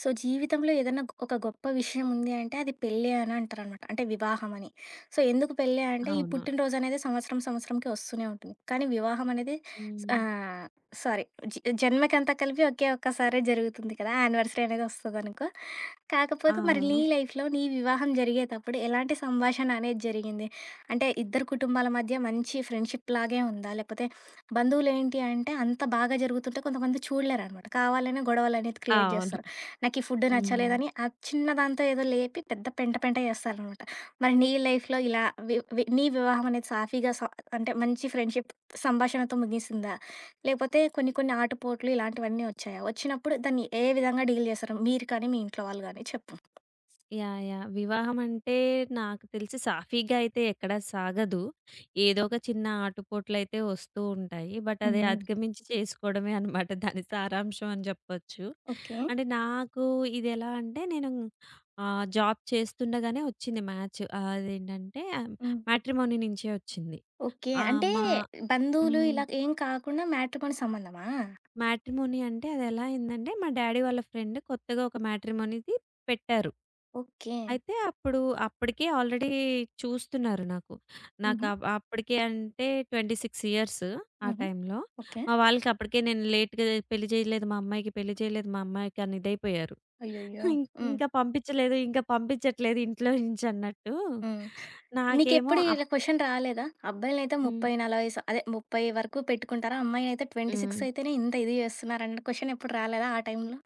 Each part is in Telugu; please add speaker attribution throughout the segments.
Speaker 1: సో, జీవితంలో ఏదైనా ఒక గొప్ప విషయం ఉంది అంటే అది పెళ్ళే అని అంటారనమాట. అంటే వివాహం అని. సో, ఎందుకు పెళ్ళి అంటే ఈ
Speaker 2: అవును.
Speaker 1: పుట్టినరోజు అనేది సంవత్సరం సంవత్సరంకి వస్తూనే ఉంటుంది. కానీ వివాహం అనేది స్
Speaker 2: హ్మ్.
Speaker 1: ఆహ్, సారీ జ జన్మకంతా కలిపి ఒకే ఒక్కసారే జరుగుతుంది కదా! యానివర్సరీ అనేది వస్తదనుకో. కాకపోతే మరి నీ
Speaker 2: అవును.
Speaker 1: లైఫ్‌లో నీ వివాహం జరిగేతప్పుడు ఎలాంటి సంభాషణ అనేది జరిగింది? అంటే ఇద్దరు కుటుంబాల మధ్య మంచి ఫ్రెండ్‌షిప్ లాగే ఉందా? లేకపోతే బంధువులేంటి అంటే అంత బాగా జరుగుతుంటే కొంతమంది చూడలేరనమాట. కావాలనే గొడవలనేది క్రియేట్ అవునా!
Speaker 2: అవును.
Speaker 1: చేస్తారు. నాకు ఈ ఫుడ్
Speaker 2: హ్మ్.
Speaker 1: నచ్చలేదని ఆ చిన్న దాంతో ఏదో లేపి పెద్ద పెంట పెంట చేస్తారనమాట. మరి నీ లైఫ్‌లో ఇలా వి వి నీ వివాహం అనేది సాఫీగా, అంటే మంచి ఫ్రెండ్‌షిప్ సంభాషణతో ముగిసిందా? లేకపోతే కొన్ని కొన్ని ఆటుపోట్లు ఇలాంటివన్నీ వచ్చాయా? వచ్చినప్పుడు దాన్ని ఏ విధంగా డీల్ చేశారు? మీరు కానీ, మీ ఇంట్లో వాళ్ళు గాని చెప్పు.
Speaker 2: యాహ్! యాహ్! వివాహం అంటే నాకు తెలిసి సాఫీగా అయితే ఎక్కడ సాగదు. ఏదో ఒక చిన్న ఆటుపోట్లయితే వస్తూ ఉంటాయి. బట్ అది
Speaker 1: హ్మ్.
Speaker 2: అధిగమించి చేసుకోవడమే అనమాట దాని సారాంశం అని చెప్పొచ్చు.
Speaker 1: ఓకే.
Speaker 2: అంటే నాకు ఇదెలా అంటే నేను జాబ్ చేస్తుండగానే వచ్చింది మ్యాచ్. అదేంటంటే
Speaker 1: హ్మ్.
Speaker 2: మ్యాట్రిమోనీ నుంచే వచ్చింది.
Speaker 1: ఓకే.
Speaker 2: ఆహ్,
Speaker 1: అంటే
Speaker 2: మా
Speaker 1: బంధువులు
Speaker 2: హ్మ్.
Speaker 1: ఇలా ఏం కాకుండా మ్యాట్రిమోనీ సంబంధమా?
Speaker 2: మ్యాట్రిమోనీ అంటే అదెలా అయిందంటే, మా డ్యాడీ వాళ్ళ ఫ్రెండ్ కొత్తగా ఒక మ్యాట్రిమోనీది పెట్టారు.
Speaker 1: ఓకే.
Speaker 2: అయితే అప్పుడు అప్పటికే ఆల్రెడీ చూస్తున్నారు నాకు. నాకు
Speaker 1: హుహు.
Speaker 2: అప్పటికే అంటే 26 ఇయర్స్ ఆ
Speaker 1: హుహు.
Speaker 2: టైంలో.
Speaker 1: ఓకే.
Speaker 2: మా వాళ్ళకి అప్పటికే నేను లేట్‌గా పెళ్లి చేయలేదు మా అమ్మాయికి, పెళ్లి చేయలేదు మా అమ్మాయికి అని ఇదైపోయారు.
Speaker 1: అయ్యయ్యో!
Speaker 2: ఇం
Speaker 1: హ్మ్.
Speaker 2: ఇంకా పంపించలేదు, ఇంకా పంపించట్లేదు ఇంట్లో నుంచి అన్నట్టు.
Speaker 1: హ్మ్.
Speaker 2: నాకేమో
Speaker 1: నీకెప్పుడు
Speaker 2: అప్
Speaker 1: ఇలా క్వెషన్ రాలేదా? అబ్బాయిలనైతే
Speaker 2: హ్మ్.
Speaker 1: 30, 40 స్ అదే 30 వరకు పెట్టుకుంటారు. అమ్మాయిలనైతే
Speaker 2: హ్మ్.
Speaker 1: 26 అయితేనే ఇంత ఇది చేస్తున్నారన్న క్వెషన్ ఎప్పుడు రాలేదా ఆ టైంలో?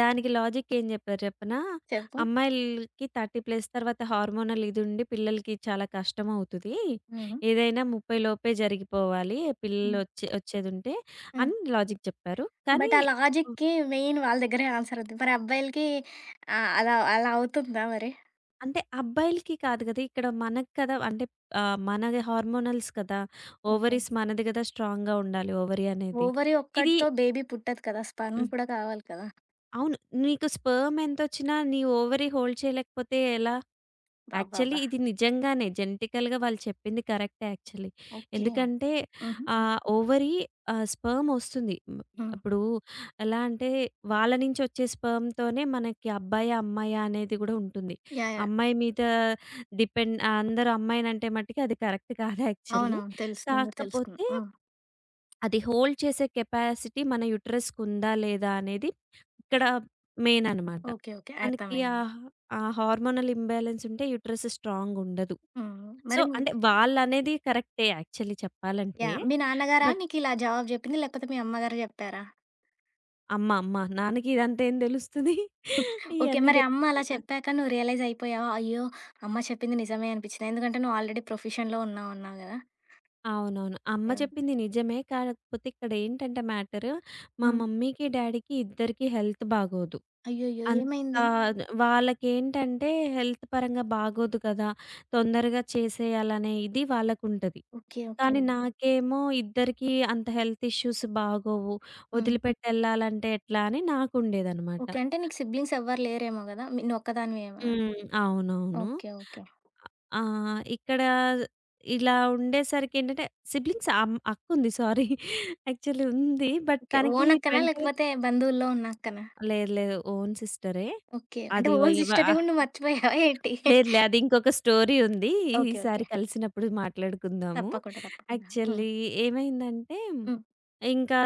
Speaker 2: దానికి లాజిక్ ఏం జెప్పారు జెప్పనా?
Speaker 1: చెప్పు.
Speaker 2: అమ్మాయిలకి 30 ప్లస్ తర్వాత హార్మోనల్ ఇది ఉండి పిల్లలకి చాలా కష్టమవుతది.
Speaker 1: హుహు.
Speaker 2: ఏదైనా 30 లోపే జరిగిపోవాలి.
Speaker 1: హ్మ్.
Speaker 2: పిల్లలొచ్చే వచ్చేదుంటే
Speaker 1: హ్మ్.
Speaker 2: అని లాజిక్ చెప్పారు. కానీ
Speaker 1: బట్ ఆ
Speaker 2: హ్మ్.
Speaker 1: లాజిక్‌కి మెయిన్ వాళ్ళ దగ్గరే ఆన్సర్ ఉంది. మరి అబ్బాయిలకి అలా అలా అవుతుందా మరి?
Speaker 2: అంటే అబ్బాయిలకి కాదు గదా! ఇక్కడ మనకు కదా! అంటే మనది హార్మోనల్స్ కదా!
Speaker 1: ఓకే.
Speaker 2: ఓవరీస్ మనది గదా! స్ట్రాంగ్‌గా ఉండాలి ఓవరీ అనేది.
Speaker 1: ఓవరీ
Speaker 2: ఇది
Speaker 1: ఒక్కటితో బేబీ పుట్టదు కదా! స్పర్మ్
Speaker 2: హ్మ్.
Speaker 1: కూడా కావాలి కదా!
Speaker 2: అవును. నీకు స్పెర్మ్ ఎంతొచ్చినా నీ ఓవరీ హోల్డ్ చేయలేకపోతే ఎలా? యాక్చువల్లీ
Speaker 1: అబ్బబ్బా!
Speaker 2: ఇది నిజంగానే జెనెటికల్‌గా వాళ్ళు చెప్పింది కరెక్టే యాక్చువల్లీ.
Speaker 1: ఓకే. హ్మ్.
Speaker 2: ఎందుకంటే
Speaker 1: హుహు. హ్మ్. హ్మ్.
Speaker 2: ఓవరీ స్పెర్మ్ ఒస్తుంది. హ్మ్.
Speaker 1: హ్మ్.
Speaker 2: అప్పుడు ఎలా అంటే వాళ్ళ నుంచి ఒచ్చే స్పెర్మ్‌తోనే మనకి అబ్బాయా? అమ్మాయా? అనేది గూడా ఉంటుంది.
Speaker 1: యాహ్! యాహ్!
Speaker 2: అమ్మాయి మీద డిపెండ్ అందరూ అమ్మాయినంటే మట్టికి అది కరెక్ట్ కాదు యాక్చువల్లీ.
Speaker 1: అవునవును. తెలుసు. నేను కూడా తెలుసుకున్నా.
Speaker 2: కాకపోతే
Speaker 1: ఆ!
Speaker 2: అది హోల్డ్ చేసే కెపాసిటీ మన యూటరస్‌కుందా? లేదా? అనేది ఇక్కడ మెయిన్
Speaker 1: హ్మ్.
Speaker 2: అనమాట.
Speaker 1: ఓకే. ఓకే.
Speaker 2: మనకి
Speaker 1: అర్థమైంది.
Speaker 2: ఆ హార్మోనల్ ఇంబాలెన్స్ ఉంటే యూటరస్ స్ట్రాంగుండదు.
Speaker 1: హ్మ్.
Speaker 2: సో,
Speaker 1: మరి
Speaker 2: అంటే వాళ్ళనేది కరెక్టే యాక్చువల్లీ చెప్పాలంటే.
Speaker 1: యాహ్! మీ నాన్నగారా
Speaker 2: బట్
Speaker 1: నీకిలా జవాబు జెప్పింది? లేకపోతే మీ అమ్మగారు జెప్పారా?
Speaker 2: అమ్మ నాన్నకి ఇదంతా ఏం తెలుస్తది?
Speaker 1: ఓకే.
Speaker 2: ఇయన్నీ
Speaker 1: మరి అమ్మ
Speaker 2: తెలుసు
Speaker 1: అలా
Speaker 2: కదా!
Speaker 1: చెప్పాక నువ్వు రియలైజ్ అయిపోయావా? అయ్యో! అమ్మ చెప్పింది నిజమే అనిపిచ్చిందా? ఎందుకంటే నువ్వు ఆల్రెడీ ప్రొఫెషన్‌లో ఉన్నావు అన్నావు గదా!
Speaker 2: అవునవును. అమ్మ
Speaker 1: యాహ్!
Speaker 2: చెప్పింది నిజమే. కాకపోతే ఇక్కడేంటంటే మ్యాటర్ మా
Speaker 1: హ్మ్.
Speaker 2: మమ్మీకి, డ్యాడీకి ఇద్దరికీ హెల్త్ బాగోదు.
Speaker 1: అయ్యయ్యో!
Speaker 2: అంత
Speaker 1: ఏమైంది?
Speaker 2: వాళ్ళకేంటంటే హెల్త్ పరంగా బాగోదు కదా! తొందరగా చేసేయాలనే ఇది వాళ్ళకుంటది.
Speaker 1: ఓకే. ఓకే.
Speaker 2: కానీ నాకేమో ఇద్దరికీ అంత హెల్త్ ఇష్యూస్ బాగోవు.
Speaker 1: హ్మ్.
Speaker 2: వదిలిపెట్టెళ్ళాలంటే ఎట్లా అని నాకుండేదనమాట.
Speaker 1: ఓకే. అంటే నీకు సిబ్లింగ్స్ ఎవ్వరు లేరేమో గదా! మీ నువ్వొక్కదానివేమో.
Speaker 2: హ్మ్. అవునవును.
Speaker 1: ఓకే. ఓకే.
Speaker 2: ఆ! ఇక్కడ ఇలా ఉండేసరికేంటంటే సిబ్లింగ్స్ అమ్ అక్కుంది సారీ. యాక్చువల్లీ ఉంది. But
Speaker 1: okay.
Speaker 2: తనకి
Speaker 1: ఓన్
Speaker 2: 20
Speaker 1: అక్కనా? లేకపోతే బంధువుల్లో ఉన్న అక్కనా?
Speaker 2: లేదు లేదు. ఓన్ సిస్టరే.
Speaker 1: ఓకే. అంటే
Speaker 2: అది వ
Speaker 1: ఓన్
Speaker 2: ఇవ
Speaker 1: సిస్టర్‌ని
Speaker 2: ఆహ్,
Speaker 1: గూడా నువ్వు మర్చిపోయావా ఏంటి?
Speaker 2: లేదులే అది ఇంకొక స్టోరీ ఉంది.
Speaker 1: ఓకే.
Speaker 2: ఈసారి
Speaker 1: ఓకే.
Speaker 2: కలిసినప్పుడు మాట్లాడుకుందాము.
Speaker 1: తప్పకుండా. తప్పకుండా. హ్మ్.
Speaker 2: యాక్చువల్లీ ఏమైందంటే
Speaker 1: హ్మ్.
Speaker 2: ఇంకా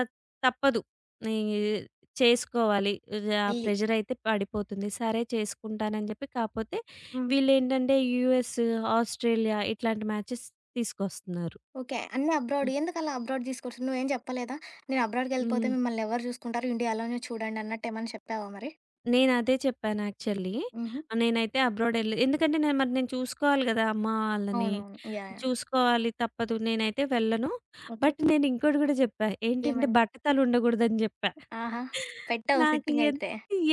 Speaker 2: తప్పదు. ఈ చేసుకోవాలి. ఆ
Speaker 1: ఎల్లి.
Speaker 2: ప్రెషరయితే పడిపోతుంది. సరే చేసుకుంటానని జెప్పి కాపోతే
Speaker 1: హ్మ్.
Speaker 2: వీళ్ళేంటంటే యూఎస్, ఆస్ట్రేలియా ఇట్లాంటి మ్యాచెస్ తీసుకొస్తున్నారు.
Speaker 1: ఓకే. అన్నీ
Speaker 2: హ్మ్.
Speaker 1: అబ్రాడ్. ఎందుకలా అబ్రాడ్ తీసుకొచ్చారు? నువ్వేం చెప్పలేదా? నేను అబ్రాడ్‌కెళ్ళిపోతే
Speaker 2: హ్మ్.
Speaker 1: మిమ్మల్నెవరు చూసుకుంటారు? ఇండియాలోనే చూడండి అన్నట్టేమన్నా చెప్పావా మరి?
Speaker 2: నేనదే చెప్పాను యాక్చువల్లీ.
Speaker 1: హుహు.
Speaker 2: నేనైతే అబ్రాడ్ ఎళ్ళి ఎందుకంటే నేను మరి నేను చూసుకోవాలి గదా! అమ్మ వాళ్ళని.
Speaker 1: అవునవును. యాహ్! యాహ్!
Speaker 2: చూసుకోవాలి తప్పదు. నేనైతే వెళ్ళను.
Speaker 1: ఓకే.
Speaker 2: బట్ నేను ఇంకోటి గూడా జెప్పా. ఏంటంటే
Speaker 1: ఏమని?
Speaker 2: బట్టతలు ఉండగూడదని జెప్పా.
Speaker 1: ఆహా! పెట్టావు
Speaker 2: నాకు ఎన్
Speaker 1: ఫిట్టింగయితే.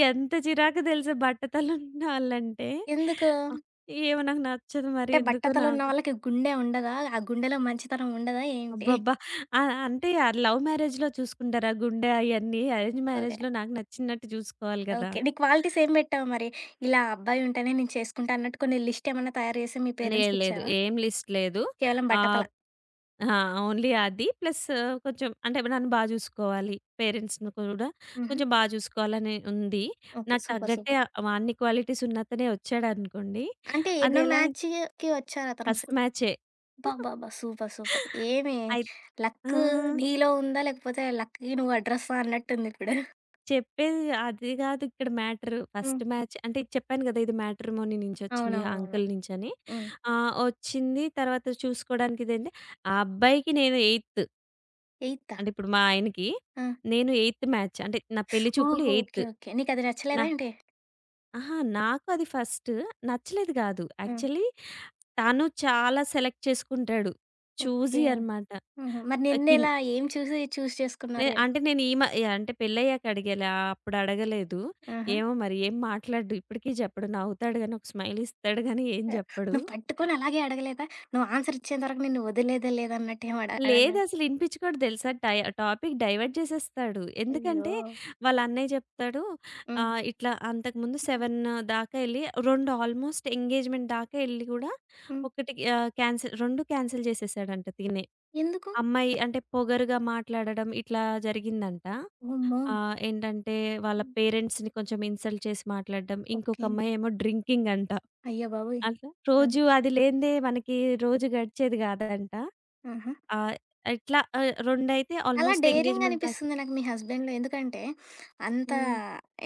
Speaker 2: ఎంత చిరాకు తెలుసా బట్టతలున్నోళ్ళంటే.
Speaker 1: ఎందుకు?
Speaker 2: ఆహ్, ఏమో నాకు నచ్చదు మరి
Speaker 1: అంటే
Speaker 2: ఎందుకో
Speaker 1: బట్టతల ఉన్న
Speaker 2: నాకు.
Speaker 1: వాళ్ళకి గుండె ఉండదా? ఆ గుండెలో మంచితనం ఉండదా ఏంటి?
Speaker 2: అబ్బబ్బా! ఆ! అంటే ఆ లవ్ మ్యారేజ్‌లో చూసుకుంటారు. ఆ గుండె అయన్నీ అరేంజ్
Speaker 1: ఓకే.
Speaker 2: మ్యారేజ్‌లో నాకు నచ్చినట్టు చూసుకోవాలి గదా!
Speaker 1: ఓకే. నీ క్వాలిటీస్ ఏం పెట్టావు మరి? ఇలా అబ్బాయి ఉంటేనే నేను చేసుకుంటా అన్నట్టు కొన్ని లిస్ట్ ఏమన్నా తయారు చేసి మీ
Speaker 2: లేదు లేదు.
Speaker 1: పేరెంట్స్‌కిచ్చావా?
Speaker 2: ఏం లిస్ట్ లేదు.
Speaker 1: కేవలం బట్టతల.
Speaker 2: ఆహ్, ఆ! ఓన్లీ అది ప్లస్ కొంచెం అంటే నన్ను బా చూసుకోవాలి. పేరెంట్స్‌ని కూడా
Speaker 1: హుహు.
Speaker 2: కొంచెం బా చూసుకోవాలని ఉంది.
Speaker 1: ఓకే.
Speaker 2: నాకు
Speaker 1: సూపర్.
Speaker 2: తగ్గట్టే
Speaker 1: సూపర్.
Speaker 2: ఆ అన్ని క్వాలిటీస్ ఉన్న అతనే వచ్చాడనుకోండి.
Speaker 1: అంటే
Speaker 2: అది
Speaker 1: ఎన్నో
Speaker 2: ఎలా
Speaker 1: మ్యాచ్‌కి వచ్చారతను?
Speaker 2: ఫస్ట్ మ్యాచే.
Speaker 1: అబ్బబ్బబ్బా! సూపర్. సూపర్. ఏమి
Speaker 2: అయి ఆ!
Speaker 1: లక్కు నీలో ఉందా? లేకపోతే లక్‌కి నువ్వు అడ్రస్సా అన్నట్టుందిప్పుడు.
Speaker 2: చెప్పేది అది గాదు ఇక్కడ మ్యాటరు. ఫస్ట్
Speaker 1: హ్మ్.
Speaker 2: మ్యాచ్ అంటే చెప్పాను గదా! ఇది మ్యాట్రిమోనీ నుంచొచ్చింది. ఆ
Speaker 1: అవునవునవును.
Speaker 2: అంకుల్ నుంచని.
Speaker 1: హ్మ్.
Speaker 2: వచ్చింది తర్వాత చూసుకోవడానికి ఇదండి. ఆ అబ్బాయికి నేను ఎయిత్.
Speaker 1: ఎయితా?
Speaker 2: అంటే ఇప్పుడు మా ఆయనకి
Speaker 1: ఆ!
Speaker 2: నేను ఎయిత్ మ్యాచ్. అంటే నా పెళ్లి చూపులు
Speaker 1: ఓహో!
Speaker 2: ఎయిత్.
Speaker 1: ఓకే. ఓకే. నీకది
Speaker 2: నా
Speaker 1: నచ్చలేదా ఏంటి?
Speaker 2: అహా! నాకు అది ఫస్ట్ నచ్చలేదు గాదు.
Speaker 1: హ్మ్.
Speaker 2: యాక్చువల్లీ తను చాలా సెలెక్ట్ చేసుకుంటాడు. చూసీ
Speaker 1: ఓకే.
Speaker 2: అనమాట.
Speaker 1: హుహు. మరి
Speaker 2: ఆహ్, కిన్
Speaker 1: నిన్నెలా ఏం చూసి చూజ్
Speaker 2: నే
Speaker 1: చేసుకున్నారు?
Speaker 2: అంటే నేను ఈ మ ఏ అంటే పెళ్ళయ్యాక అడిగాలే. అప్పుడు అడగలేదు.
Speaker 1: ఆహా!
Speaker 2: ఏమో మరి ఏం మాట్లాడడు. ఇప్పటికీ చెప్పడు. నవ్వుతాడు గానీ, ఒక స్మైల్ ఇస్తాడు గానీ, ఏం
Speaker 1: ఆహ్,
Speaker 2: చెప్పడు.
Speaker 1: నువ్వు పట్టుకొని అలాగే అడగలేదా? నువ్వు ఆన్సర్ ఇచ్చేంత వరకు నిన్ను వదిలేదే లేదన్నట్టేం అడగలేదా?
Speaker 2: లేదసలు ఇనిపించుకోడు తెలుసా? టాపిక్ డైవర్ట్ చేసేస్తాడు.
Speaker 1: అయ్యో!
Speaker 2: ఎందుకంటే, వాళ్ళ అన్నయ్య చెప్తాడు
Speaker 1: హ్మ్.
Speaker 2: ఇట్లా అంతకుముందు 7 దాకా ఎళ్లి 2 ఆల్మోస్ట్ ఎంగేజ్‌మెంట్ దాకా ఎళ్లి కూడా
Speaker 1: హ్మ్.
Speaker 2: ఒకటి ఆహ్, క్యాన్సిల్ 2 క్యాన్సిల్ చేసేసాడంట తినే.
Speaker 1: ఎందుకు?
Speaker 2: అమ్మాయి అంటే పొగరుగా మాట్లాడడం ఇట్లా జరిగిందంట.
Speaker 1: వామ్మో!
Speaker 2: ఆ! ఏంటంటే వాళ్ళ
Speaker 1: హ్మ్.
Speaker 2: పేరెంట్స్‌ని కొంచెం ఇన్సల్ట్ చేసి మాట్లాడడం. ఇంకొక
Speaker 1: ఓకే.
Speaker 2: అమ్మాయేమో డ్రింకింగ్ అంట.
Speaker 1: అయ్య బాబోయ్!
Speaker 2: అట్లా
Speaker 1: ఆ!
Speaker 2: రోజు అది లేనిదే మనకి రోజు గడిచేది కాదంట.
Speaker 1: ఆహా!
Speaker 2: ఆహ్, 2 అయితే
Speaker 1: చాలా
Speaker 2: ఆల్‌మోస్ట్
Speaker 1: డేరింగ్
Speaker 2: ఎంగేజ్‌మెంట్ దాకా
Speaker 1: అనిపిస్తుంది నాకు మీ హస్బెండ్‌లో. ఎందుకంటే, అంత
Speaker 2: హ్మ్.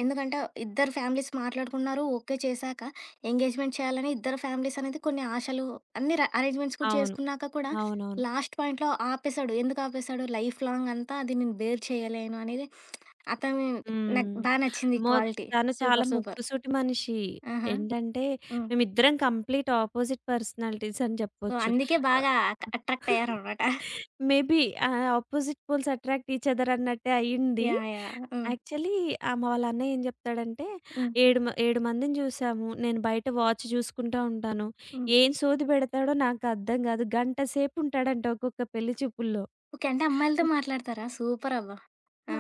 Speaker 1: ఎందుకంటే, ఇద్దరు ఫ్యామిలీస్ మాట్లాడుకున్నారు, ఓకే చేశాక, ఎంగేజ్‌మెంట్ చేయాలని ఇద్దరు ఫ్యామిలీస్ అనేది కొన్ని ఆశలు అన్ని ర అరేంజ్‌మెంట్స్ కూడా
Speaker 2: అవును.
Speaker 1: చేసుకున్నాక కూడా,
Speaker 2: అవునవును.
Speaker 1: లాస్ట్ పాయింట్‌లో ఆపేశాడు. ఎందుకు ఆపేశాడు? లైఫ్ లాంగ్ అంతా అది నేను బేర్ చేయలేను అనేది అతని నాకు
Speaker 2: హ్మ్.
Speaker 1: బా నచ్చింది ఈ
Speaker 2: అమ్మో!
Speaker 1: క్వాలిటీ.
Speaker 2: తను చాలా
Speaker 1: సూపర్! సూపర్!
Speaker 2: ముక్కుసూటి మనిషి.
Speaker 1: ఆహా!
Speaker 2: ఏంటంటే
Speaker 1: హ్మ్.
Speaker 2: మేమిద్దరం కంప్లీట్ అపోజిట్ పర్సనాలిటీస్ అని
Speaker 1: సో,
Speaker 2: చెప్పొచ్చు.
Speaker 1: అందుకే బాగా అట్రాక్ట్ అయ్యారనమాట.
Speaker 2: Maybe opposite poles attract each other అన్నట్టే అయ్యింది.
Speaker 1: యాహ్! యాహ్! హ్మ్.
Speaker 2: యాక్చువల్లీ మా వాళ్ళ అన్నయ్య ఏం చెప్తాడంటే,
Speaker 1: హ్మ్.
Speaker 2: "ఏడు మ 7 మందిని చూసాము. నేను బయట వాచ్ చూసుకుంటా ఉంటాను.
Speaker 1: హ్మ్.
Speaker 2: ఏం సోది పెడతాడో నాకు అర్థం కాదు. గంట సేపు ఉంటాడంట ఒక్కొక్క పెళ్లి చూపుల్లో."
Speaker 1: ఓకే. అంటే అమ్మాయిలతో మాట్లాడతారా? సూపరబ్బా! ఆ!
Speaker 2: ఆ!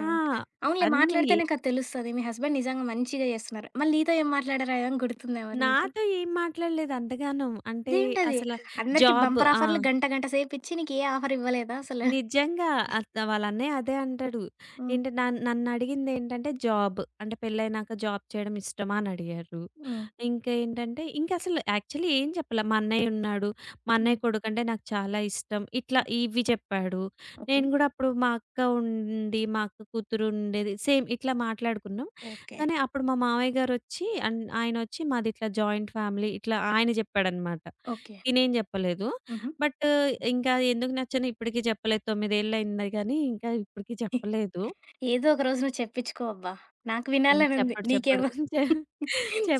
Speaker 1: అవునులే
Speaker 2: అన్నయ్యే.
Speaker 1: మాట్లాడితేనే కదా తెలుస్తది. మీ హస్బెండ్ నిజంగా మంచిగా చేస్తున్నారు. మళ్ళీ నీతో ఏం మాట్లాడారా ఏమైనా గుర్తుందా మరి నీకు?
Speaker 2: నాతో ఏం మాట్లాడలేదు అంతగానం. అంటే
Speaker 1: ఇదేంటది?
Speaker 2: అసల
Speaker 1: అందరికి
Speaker 2: జాబ్
Speaker 1: బంపర్
Speaker 2: ఆ!
Speaker 1: ఆఫర్‌లు గంట, గంట సేపిచ్చి నీకు ఏ ఆఫర్ ఇవ్వలేదా అసలు?
Speaker 2: నిజంగా అత్త వాళ్ళ అన్నయ్య అదే అంటాడు.
Speaker 1: హ్మ్.
Speaker 2: ఏంటి నన్నడిగిందేంటంటే, "జాబ్ అంటే పెళ్ళైనాక జాబ్ చేయడం ఇష్టమా?" అని అడిగారు.
Speaker 1: హ్మ్.
Speaker 2: ఇంకా ఏంటంటే ఇంకసలు యాక్చువల్లీ ఏం చెప్పలే. మా అన్నయ్య ఉన్నాడు. మా
Speaker 1: హ్మ్.
Speaker 2: అన్నయ్య కొడుకంటే నాకు చాలా ఇష్టం. ఇట్లా
Speaker 1: హ్మ్.
Speaker 2: ఇవి చెప్పాడు.
Speaker 1: ఓకే.
Speaker 2: నేను గూడా అప్పుడు మా అక్క ఉండి, మా అక్క కూతురు ఉండేది. సేమ్ ఇట్లా మాట్లాడుకున్నాం.
Speaker 1: ఓకే.
Speaker 2: కానీ అప్పుడు మా మామయ్య గారొచ్చి ఆయనొచ్చి మాది ఇట్లా జాయింట్ ఫ్యామిలీ ఇట్లా ఆయన చెప్పాడనమాట.
Speaker 1: ఓకే.
Speaker 2: నేనేం చెప్పలేదు.
Speaker 1: హుహు.
Speaker 2: బట్ ఇంకా ఎందుకు నచ్చనో ఇప్పటికి చెప్పలేదు. 9 ఏళ్లయింది గానీ ఇంకా ఇప్పటికి చెప్పలేదు.
Speaker 1: ఏదో ఒక రోజు నువ్వు చెప్పించుకో అబ్బా! నాకు
Speaker 2: హ్మ్.
Speaker 1: వినాలనుంది.
Speaker 2: చెప్పడు. చెప్పడు.
Speaker 1: నీకేమో
Speaker 2: చె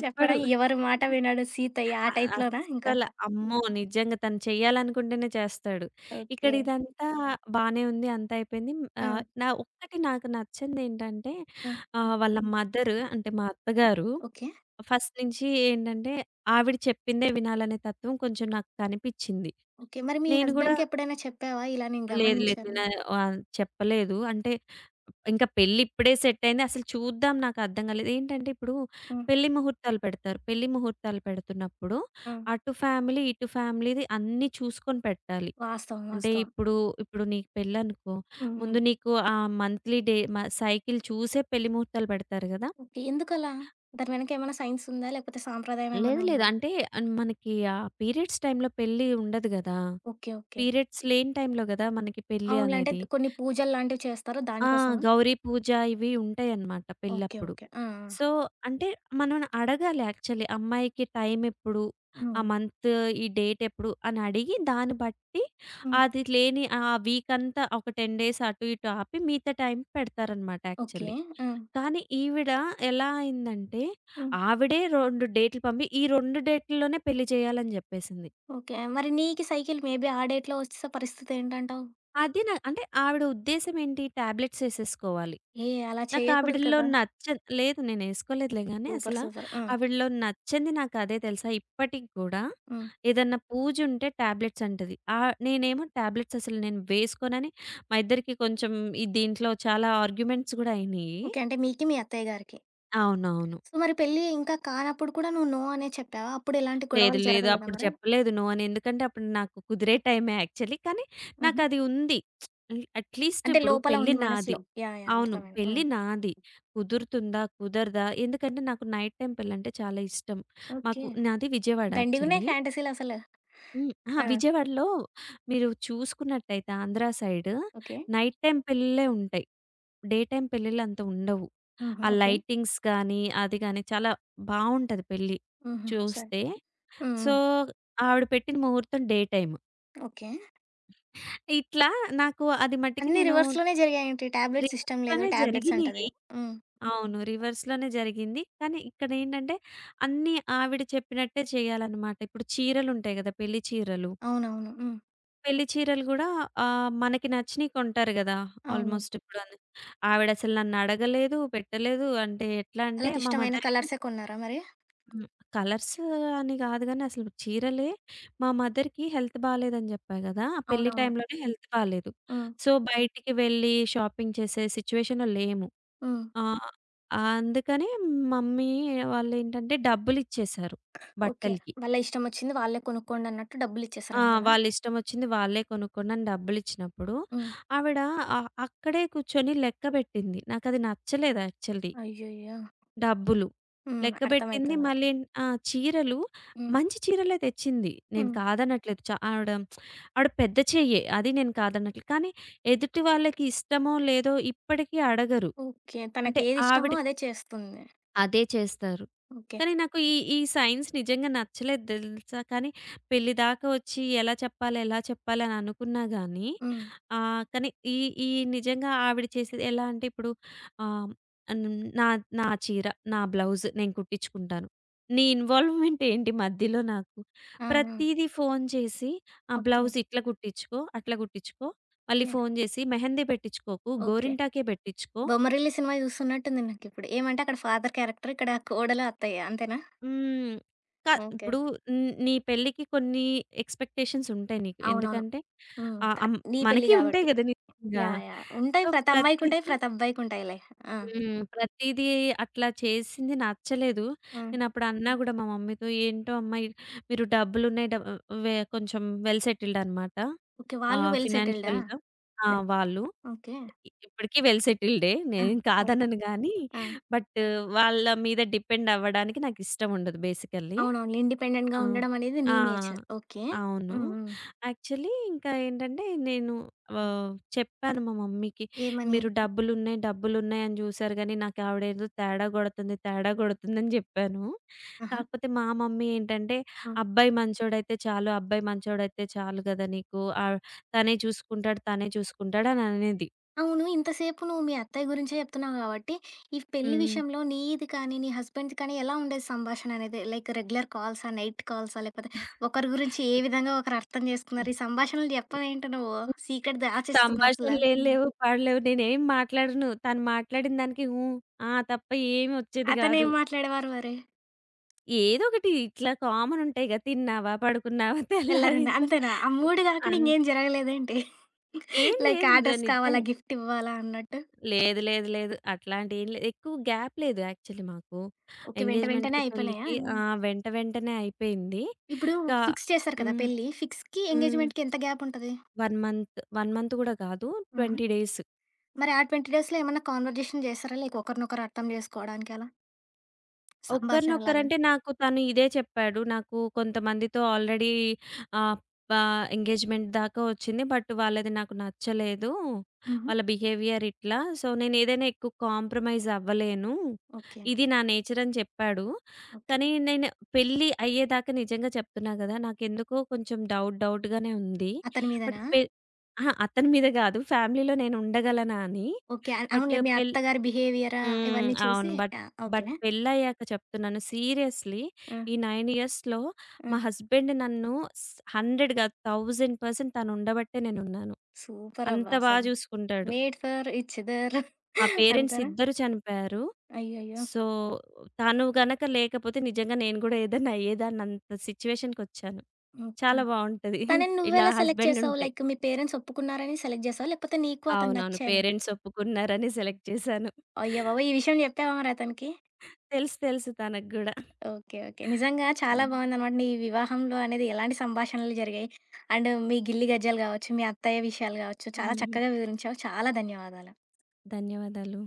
Speaker 1: చెప్పడా? ఎవరి మాట వినడు సీతయ్య ఆ టైప్‌లోనా ఇంకా?
Speaker 2: అస్సల అమ్మో! నిజంగా తను చేయాలనుకుంటేనే చేస్తాడు. ఇక్కడ
Speaker 1: ఓకే.
Speaker 2: ఇదంతా బానే ఉంది. అంతా అయిపోయింది.
Speaker 1: ఆ!
Speaker 2: నా ఒక్కటి నాకు నచ్చిందేంటంటే
Speaker 1: ఆ!
Speaker 2: వాళ్ళ మదర్ అంటే మా అత్తగారు
Speaker 1: ఓకే.
Speaker 2: ఫస్ట్ నుంచి ఏంటంటే ఆవిడ చెప్పిందే వినాలనే తత్వం కొంచెం నాకు కనిపిచ్చింది.
Speaker 1: ఓకే. మరి మీ
Speaker 2: నేను గూడా
Speaker 1: హస్బెండ్‌కి ఎప్పుడైనా చెప్పావా? ఇలా నేను
Speaker 2: లేదు. లేదు.
Speaker 1: గమనించాను.
Speaker 2: నేను చెప్పలేదు. అంటే ఇంకా పెళ్లి ఇప్పుడే సెట్ అయింది. అసలు చూద్దాం నాకు అర్థం కాలేదు. ఏంటంటే ఇప్పుడు
Speaker 1: హ్మ్.
Speaker 2: పెళ్లి ముహూర్తాలు పెడతారు. పెళ్లి ముహూర్తాలు పెడుతున్నప్పుడు
Speaker 1: హ్మ్.
Speaker 2: అటు ఫ్యామిలీ, ఇటు ఫ్యామిలీది అన్నీ చూసుకొని పెట్టాలి.
Speaker 1: వాస్తవం.
Speaker 2: అంటే
Speaker 1: వాస్తవం.
Speaker 2: ఇప్పుడు, ఇప్పుడు నీకు పెళ్ళనుకో
Speaker 1: హ్మ్. హ్మ్.
Speaker 2: ముందు నీకు ఆ మంత్లీ డే మ సైకిల్ చూసే పెళ్లి ముహూర్తాలు పెడతారు గదా!
Speaker 1: ఓకే. ఎందుకలా? దాని వెనక ఏమైనా సైన్స్ ఉందా? లేకపోతే సాంప్రదాయం
Speaker 2: లేదు.
Speaker 1: ఏమైనా
Speaker 2: లేదు.
Speaker 1: ఉందా?
Speaker 2: అంటే మనకి ఆ పీరియడ్స్ టైమ్‌లో పెళ్లి ఉండదు గదా!
Speaker 1: ఓకే. ఓకే.
Speaker 2: పీరియడ్స్ లేని టైమ్‌లో గదా! మనకి పెళ్లి
Speaker 1: అవునులే. అంటే
Speaker 2: అనేది.
Speaker 1: కొన్ని పూజలు లాంటివి చేస్తారు
Speaker 2: ఆ!
Speaker 1: దానికోసమా?
Speaker 2: గౌరీ పూజ ఇవి ఉంటాయన్నమాట
Speaker 1: ఓకే.
Speaker 2: పెళ్ళప్పుడు.
Speaker 1: ఓకే. ఆ! ఆ!
Speaker 2: సో, అంటే మనం అడగాలి యాక్చువల్లీ. అమ్మాయికి టైమ్ ఎప్పుడు? ఆ
Speaker 1: హ్మ్.
Speaker 2: మంత్ ఈ డేట్ ఎప్పుడు? అని అడిగి దాన్ని బట్టి
Speaker 1: హ్మ్.
Speaker 2: అది లేని ఆ వీకంతా ఒక 10 డేస్ అటు ఇటు ఆపి మిగతా టైం పెడతారనమాట
Speaker 1: ఓకే.
Speaker 2: యాక్చువల్లీ.
Speaker 1: ఆ!
Speaker 2: కానీ ఈవిడ ఎలా అయిందంటే
Speaker 1: హ్మ్.
Speaker 2: ఆవిడే 2 డేట్లు పంపి, ఈ 2 డేట్‌ల్లోనే పెళ్లి చేయాలని చెప్పేసింది.
Speaker 1: ఓకే. మరి నీకి సైకిల్ మేబీ ఆ డేట్‌లో వచ్చేసే పరిస్థితి ఏంటంటావు?
Speaker 2: అదే నా అంటే ఆవిడ ఉద్దేశ్యం ఏంటి? టాబ్లెట్స్ ఏసేసుకోవాలి.
Speaker 1: ఏ అలా చేయకూడదు
Speaker 2: నాకావిడలో
Speaker 1: కదా!
Speaker 2: నచ్చ లేదు నేనేసుకోలేదులే గానీ
Speaker 1: సూపర్.
Speaker 2: అసల.
Speaker 1: సూపర్. ఆ!
Speaker 2: ఆవిడలో నచ్చింది నాకదే తెలుసా? ఇప్పటికి గూడా
Speaker 1: హ్మ్.
Speaker 2: ఏదన్నా పూజుంటే టాబ్లెట్స్ అంటది. నేనేమో టాబ్లెట్స్ అసలు నేను వేసుకోనని మా ఇద్దరికి కొంచెం ఈ దీంట్లో చాలా ఆర్గ్యుమెంట్స్ గూడా అయినియి.
Speaker 1: ఓకే. అంటే మీకి మీ అత్తయ్య గారికి.
Speaker 2: అవునవును.
Speaker 1: సో, మరి పెళ్లి ఇంకా కానప్పుడు కూడా నువ్వు నో అనే చెప్పావా? అప్పుడు ఎలాంటి
Speaker 2: లేదు.
Speaker 1: గొడవలు
Speaker 2: లేదు.
Speaker 1: జరగలేదా
Speaker 2: అప్పుడు
Speaker 1: మరి?
Speaker 2: చెప్పలేదు నో అని. ఎందుకంటే అప్పుడు నాకు కుదిరే టైమే యాక్చువల్లీ. కానీ
Speaker 1: హుహు.
Speaker 2: నాకది ఉంది. అట్‌లీస్ట్
Speaker 1: అంటే
Speaker 2: ఇప్పుడు
Speaker 1: లోపల
Speaker 2: పెళ్లి
Speaker 1: ఉంది
Speaker 2: నాది.
Speaker 1: మనసులో. యాహ్! యాహ్!
Speaker 2: అవును.
Speaker 1: అర్థమైంది.
Speaker 2: పెళ్లి
Speaker 1: హ్మ్.
Speaker 2: నాది. కుదురుతుందా? కుదరదా? ఎందుకంటే నాకు నైట్ టైమ్ పెళ్ళంటే చాలా ఇష్టం.
Speaker 1: ఓకే.
Speaker 2: మాకు నాది విజయవాడ
Speaker 1: దండిగున్నాయి
Speaker 2: యాక్చువల్లీ.
Speaker 1: ఫ్యాంటసీలసలు.
Speaker 2: హ్మ్. అహా!
Speaker 1: ఆ!
Speaker 2: విజయవాడలో మీరు చూసుకున్నట్టయితే Andhra side
Speaker 1: okay.
Speaker 2: Night time పెళ్ళిళ్ళే ఉంటాయి. డే టైమ్ పెళ్ళిళ్ళు అంత ఉండవు.
Speaker 1: హుహు.
Speaker 2: ఆ
Speaker 1: ఓకే.
Speaker 2: లైటింగ్స్ గానీ, అది గానీ చాలా బావుంటది పెళ్లి
Speaker 1: హుహు. సరే.
Speaker 2: చూస్తే.
Speaker 1: హ్మ్.
Speaker 2: సో,
Speaker 1: హ్మ్.
Speaker 2: ఆవిడ పెట్టిన ముహూర్తం డే టైమ్.
Speaker 1: ఓకే.
Speaker 2: ఇట్లా నాకు అది మట్టికి
Speaker 1: అన్నీ
Speaker 2: నేను
Speaker 1: రివర్స్‌లోనే జరిగాయేంటి? టాబ్లెట్స్ ఇష్టం లేదు.
Speaker 2: రివర్స్‌లోనే
Speaker 1: టాబ్లెట్స్ అంటది.
Speaker 2: జరిగినియి.
Speaker 1: హ్మ్.
Speaker 2: అవును. రివర్స్‌లోనే జరిగింది. కానీ ఇక్కడేంటంటే అన్నీ ఆవిడ చెప్పినట్టే చేయాలనమాట. ఇప్పుడు చీరలుంటాయి గదా! పెళ్లి చీరలు.
Speaker 1: అవునవును. హ్మ్.
Speaker 2: పెళ్లి చీరలు గూడా మనకి నచ్చినియి కొంటారు గదా!
Speaker 1: అవును.
Speaker 2: ఆల్‌మోస్ట్ ఇప్పుడు ఆవిడసలు నన్నడగలేదు, పెట్టలేదు. అంటే ఎట్లా అంటే మా
Speaker 1: వాళ్ళకిష్టమైన
Speaker 2: మదర్‌కి
Speaker 1: కలర్సే కొన్నారా మరి?
Speaker 2: హ్మ్. కలర్స్ అని గాదు గానీ అసలు చీరలే మా మదర్‌కి హెల్త్ బాలేదని జెప్పా గదా! ఆ పెళ్లి
Speaker 1: అవునవును.
Speaker 2: టైంలోనే హెల్త్ బాలేదు.
Speaker 1: హ్మ్.
Speaker 2: సో, బయటికి వెళ్ళి షాపింగ్ చేసే సిచ్యువేషన్‌లో లేము.
Speaker 1: హ్మ్.
Speaker 2: ఆహ్, అందుకని మమ్మీ వాళ్ళేంటంటే డబ్బులిచ్చేశారు
Speaker 1: ఓకే.
Speaker 2: బట్టలకి.
Speaker 1: వాళ్ళ ఇష్టమొచ్చింది వాళ్ళే కొనుక్కోండన్నట్టు డబ్బులిచ్చేసారు
Speaker 2: ఆ!
Speaker 1: అంతేనా?
Speaker 2: వాళ్ళిష్టమొచ్చింది వాళ్ళే కొనుక్కోండి అని డబ్బులిచ్చినప్పుడు
Speaker 1: హ్మ్.
Speaker 2: ఆవిడ అ అక్కడే కూర్చొని లెక్క బెట్టింది. నాకది నచ్చలేదు యాక్చువల్లీ.
Speaker 1: అయ్యయ్యో!
Speaker 2: డబ్బులు.
Speaker 1: హ్మ్.
Speaker 2: లెక్కబెట్టింది
Speaker 1: అర్థమైతుంది.
Speaker 2: మళ్ళీ ఆ! చీరలు
Speaker 1: హ్మ్.
Speaker 2: మంచి చీరలే తెచ్చింది. నేను
Speaker 1: హ్మ్.
Speaker 2: కాదనట్లేదు. ఆవిడ ఆవిడ పెద్ద చెయ్యే. అది నేను కాదనట్లేదు. కానీ ఎదుటి వాళ్ళకి ఇష్టమో లేదో ఇప్పటికీ అడగరు.
Speaker 1: ఓకే.
Speaker 2: అంటే ఆవిడ
Speaker 1: తనకేదిష్టమో అదే చేస్తుంది.
Speaker 2: అదే చేస్తారు.
Speaker 1: ఓకే.
Speaker 2: కానీ నాకు ఈ సైన్స్ నిజంగా నచ్చలేదు తెలుసా! కానీ పెళ్లి దాకా వచ్చి ఎలా చెప్పాలి, ఎలా చెప్పాలి అని అనుకున్నా గానీ,
Speaker 1: హ్మ్.
Speaker 2: ఆహ్, కానీ ఈ, ఈ నిజంగా ఆవిడ చేసేది ఎలా అంటే ఇప్పుడు ఆహ్, అన్ నా, నా చీర, నా బ్లౌజ్ నేను కుట్టించుకుంటాను. నీ ఇన్వాల్వ్‌మెంట్ ఏంటి మధ్యలో నాకు?
Speaker 1: ఆ! ఆ!
Speaker 2: ప్రతీదీ ఫోను చేసి ఆ
Speaker 1: ఓకే.
Speaker 2: బ్లౌజ్ ఇట్లా కుట్టించుకో, అట్లా కుట్టించుకో, మళ్ళీ
Speaker 1: ఓకే.
Speaker 2: ఫోను చేసి మెహందీ పెట్టించుకోకు,
Speaker 1: ఓకే.
Speaker 2: గోరింటాకే పెట్టించుకో
Speaker 1: బొమ్మరిల్లు సినిమా చూస్తున్నట్టుంది నాకిప్పుడు. ఏమంటే అక్కడ ఫాదర్ క్యారెక్టర్, ఇక్కడ కోడలు, అత్తయ్య అంతేనా?
Speaker 2: హ్మ్. క
Speaker 1: ఓకే.
Speaker 2: ఇప్పుడు హ్మ్, నీ పెళ్ళికి కొన్ని ఎక్స్‌పెక్టేషన్స్ ఉంటాయి నీకు.
Speaker 1: అవునవును.
Speaker 2: ఎందుకంటే
Speaker 1: హ్మ్.
Speaker 2: ఆహ్, అం
Speaker 1: నీ పెళ్లి
Speaker 2: మనకి ఉంటాయి
Speaker 1: గాబట్టి.
Speaker 2: గదా! నిజంగా.
Speaker 1: యాహ్! యాహ్!
Speaker 2: సో,
Speaker 1: ఉంటాయి. ప్రతి అమ్మాయికుంటాయి.
Speaker 2: ప్రతీదీ
Speaker 1: ప్రతి అబ్బాయికుంటాయిలే. ఆ!
Speaker 2: హ్మ్. ప్రతీదీ అట్లా చేసింది నచ్చలేదు.
Speaker 1: ఆ!
Speaker 2: నేనప్పుడు అన్నా గూడా మా మమ్మీతో, "ఏంటో అమ్మా! ఇ మీరు డబ్బులున్నాయి డ వె కొంచెం వెల్ సెటిల్డ్ అనమాట
Speaker 1: ఓకే. వాళ్ళు వెల్ సెటిల్డా?
Speaker 2: ఫినాన్షియల్‌గా." ఆ!
Speaker 1: లే
Speaker 2: వాళ్ళు.
Speaker 1: ఓకే.
Speaker 2: ఇప్పటికి వెల్ సెటిల్డే.
Speaker 1: ఆ!
Speaker 2: నేను
Speaker 1: ఓ
Speaker 2: కాదనను గానీ,
Speaker 1: ఆ!
Speaker 2: బట్ వాళ్ళ మీద డిపెండ్ అవ్వడానికి నాకిష్టం ఉండదు బేసికల్లీ.
Speaker 1: అవునవునులే. ఇండిపెండెంట్‌గా
Speaker 2: ఆ!
Speaker 1: ఉండడం అనేది నీ
Speaker 2: ఆ!
Speaker 1: నేచర్. ఓకే.
Speaker 2: అవును.
Speaker 1: హ్మ్. హ్మ్.
Speaker 2: యాక్చువల్లీ ఇంకా ఏంటంటే, నేను ఆహ్, చెప్పాను మా మమ్మీకి,
Speaker 1: ఏమని?
Speaker 2: "మీరు డబ్బులున్నాయి, డబ్బులున్నాయి అని జూసారు గానీ, నాకావిడేదో తేడా గొడుతుంది, తేడా గొడుతుందని" జెప్పాను.
Speaker 1: ఆహా!
Speaker 2: కాకపోతే మా మమ్మీ ఏంటంటే,
Speaker 1: ఆ!
Speaker 2: " అబ్బాయి మంచోడైతే చాలు గదా! నీకు తనే చూసుకుంటాడు, తనే చూసుకుంటాడు" అని అనేది.
Speaker 1: అవును. ఇంతసేపు నువ్వు మీ అత్తయ్య గురించే చెప్తున్నావు గాబట్టి, ఈ పెళ్లి
Speaker 2: హ్మ్.
Speaker 1: విషయంలో నీది కానీ, నీ హస్బెండ్‌ది కానీ ఎలా ఉండేది సంభాషణ అనేది? లైక్ రెగ్యులర్ కాల్సా? నైట్ కాల్సా? లేకపోతే ఒకరి గురించి ఏ విధంగా ఒకరు అర్థం చేసుకున్నారు? ఈ సంభాషణలు చెప్పవేంటి నువ్వు?
Speaker 2: హ్మ్.
Speaker 1: సీక్రెట్ దాచేస్తున్నావు అసల.
Speaker 2: సంభాషణలేం లేవు, పాడులేవు. నేనేం మాట్లాడను. తను మాట్లాడిన దానికి "హ్మ్. ఆ" తప్ప ఏమి ఒచ్చేది
Speaker 1: అతనేం
Speaker 2: గాదు.
Speaker 1: మాట్లాడేవారు మరి?
Speaker 2: ఏదో ఒకటి ఇట్లా కామన్ ఉంటాయి గదా! తిన్నావా? పడుకున్నావా?
Speaker 1: తెల్లారిందా?
Speaker 2: తెల్లారిందా?
Speaker 1: అంతేనా? ఆ 3 గాకుండా
Speaker 2: అన్
Speaker 1: ఇంగేం జరగలేదేంటి?
Speaker 2: ఏం
Speaker 1: లైక్
Speaker 2: లేదు
Speaker 1: ఆర్డర్స్ కావాలా?
Speaker 2: నిజంగా.
Speaker 1: గిఫ్ట్ ఇవ్వాలా? అన్నట్టు.
Speaker 2: లేదు. అట్లాంటియేం లేదు. ఎక్కువ గ్యాప్ లేదు యాక్చువల్లీ మాకు.
Speaker 1: ఓకే. వెంట వెంటనే
Speaker 2: ఎంగేజ్‌మెంట్‌కి,
Speaker 1: అయిపోయినాయా
Speaker 2: పెళ్ళికి
Speaker 1: అన్నీ?
Speaker 2: ఆ! వెంట వెంటనే అయిపోయింది.
Speaker 1: ఇప్పుడు
Speaker 2: కా
Speaker 1: ఫిక్స్ చేశారు కదా
Speaker 2: హ్మ్.
Speaker 1: పెళ్లి. ఫిక్స్‌కి,
Speaker 2: హ్మ్.
Speaker 1: ఎంగేజ్‌మెంట్‌కి ఎంత గ్యాప్ ఉంటది?
Speaker 2: 1 మంత్, 1 మంత్ గూడా గాదు. 20
Speaker 1: ఆహా!
Speaker 2: డేస్.
Speaker 1: మరి ఆ 20 డేస్‌లో ఏమన్నా కాన్వర్జేషన్ చేసారా? లైక్ ఒకరినొకరు అర్థం జేసుకోవడానికి అలా? సంభాషణలాగా?
Speaker 2: ఒకరినొకరంటే నాకు తను ఇదే చెప్పాడు. నాకు కొంతమందితో ఆల్రెడీ ఆహ్, ప ఎంగేజ్‌మెంట్ దాకా వచ్చింది. బట్ వాళ్ళది నాకు నచ్చలేదు.
Speaker 1: హుహు.
Speaker 2: వాళ్ళ బిహేవియర్ ఇట్లా. సో, నేనేదైనా ఎక్కువ కాంప్రమైజ్ అవ్వలేను.
Speaker 1: ఓకే.
Speaker 2: ఇది నా నేచర్ అని చెప్పాడు.
Speaker 1: ఓకే.
Speaker 2: కానీ నేను పెళ్లి అయ్యేదాకా నిజంగా చెప్తున్నా గదా! నాకెందుకో కొంచెం డౌట్‌గానే ఉంది.
Speaker 1: అతని
Speaker 2: బట్
Speaker 1: మీదేనా?
Speaker 2: పె అహా! అతని మీద గాదు. ఫ్యామిలీలో నేను ఉండగలనా అని.
Speaker 1: ఓకే.
Speaker 2: బట్
Speaker 1: అవునులే మీ
Speaker 2: పెళ్
Speaker 1: అత్తగారి బిహేవియరా
Speaker 2: హ్మ్.
Speaker 1: ఇవన్నీ చూసి
Speaker 2: అవును.
Speaker 1: యాహ్! ఓకే.
Speaker 2: బట్ పెళ్లయ్యాక చెప్తున్నాను సీరియస్‌లీ
Speaker 1: హ్మ్.
Speaker 2: ఈ 9 ఇయర్స్‌లో మా
Speaker 1: హ్మ్.
Speaker 2: హస్బెండ్ నన్ను స్ 100 గాదు 1000% తనుండబట్టే నేనున్నాను. అంత
Speaker 1: సూపరబ్బా!
Speaker 2: బా
Speaker 1: అసలు.
Speaker 2: జూసుకుంటాడు.
Speaker 1: మేడ్ ఫర్ ఈచ్ అదర్
Speaker 2: మా పేరెంట్స్
Speaker 1: అంతేనా?
Speaker 2: ఇద్దరు చనిపోయారు.
Speaker 1: అయ్యయ్యో!
Speaker 2: సో, తను గనక లేకపోతే నిజంగా నేను గూడా ఏదన్నా అయ్యేదాన్నంత సిట్యుయేషన్‌కొచ్చాను.
Speaker 1: ఓకే.
Speaker 2: చాలా బావుంటది.
Speaker 1: తనని
Speaker 2: ఇలా
Speaker 1: నువ్వెలా సెలెక్ట్
Speaker 2: హస్బెండ్
Speaker 1: చేసావు?
Speaker 2: ఉంటే.
Speaker 1: లైక్ మీ పేరెంట్స్ ఒప్పుకున్నారని సెలెక్ట్ జేసావా? లేకపోతే నీకు అతను
Speaker 2: అవునవును.
Speaker 1: నచ్చేనా?
Speaker 2: పేరెంట్స్ ఒప్పుకున్నారని సెలెక్ట్ చేశాను.
Speaker 1: అయ్య బాబోయ్! ఈ విషయం జెప్పావా మరి అతనికి?
Speaker 2: తెలుసు. తెలుసు తనకు గూడా.
Speaker 1: ఓకే. ఓకే. నిజంగా చాలా
Speaker 2: హ్మ్.
Speaker 1: బావుందనమాట. నీ వివాహంలో అనేది ఎలాంటి సంభాషణలు జరిగాయి? అండ్ మీ గిల్లి గజ్జాలు గావచ్చు, మీ అత్తయ్య విషయాలు గావచ్చు చాలా
Speaker 2: హ్మ్.
Speaker 1: చక్కగా వివరించావు. చాలా ధన్యవాదాలు.
Speaker 2: ధన్యవాదాలు.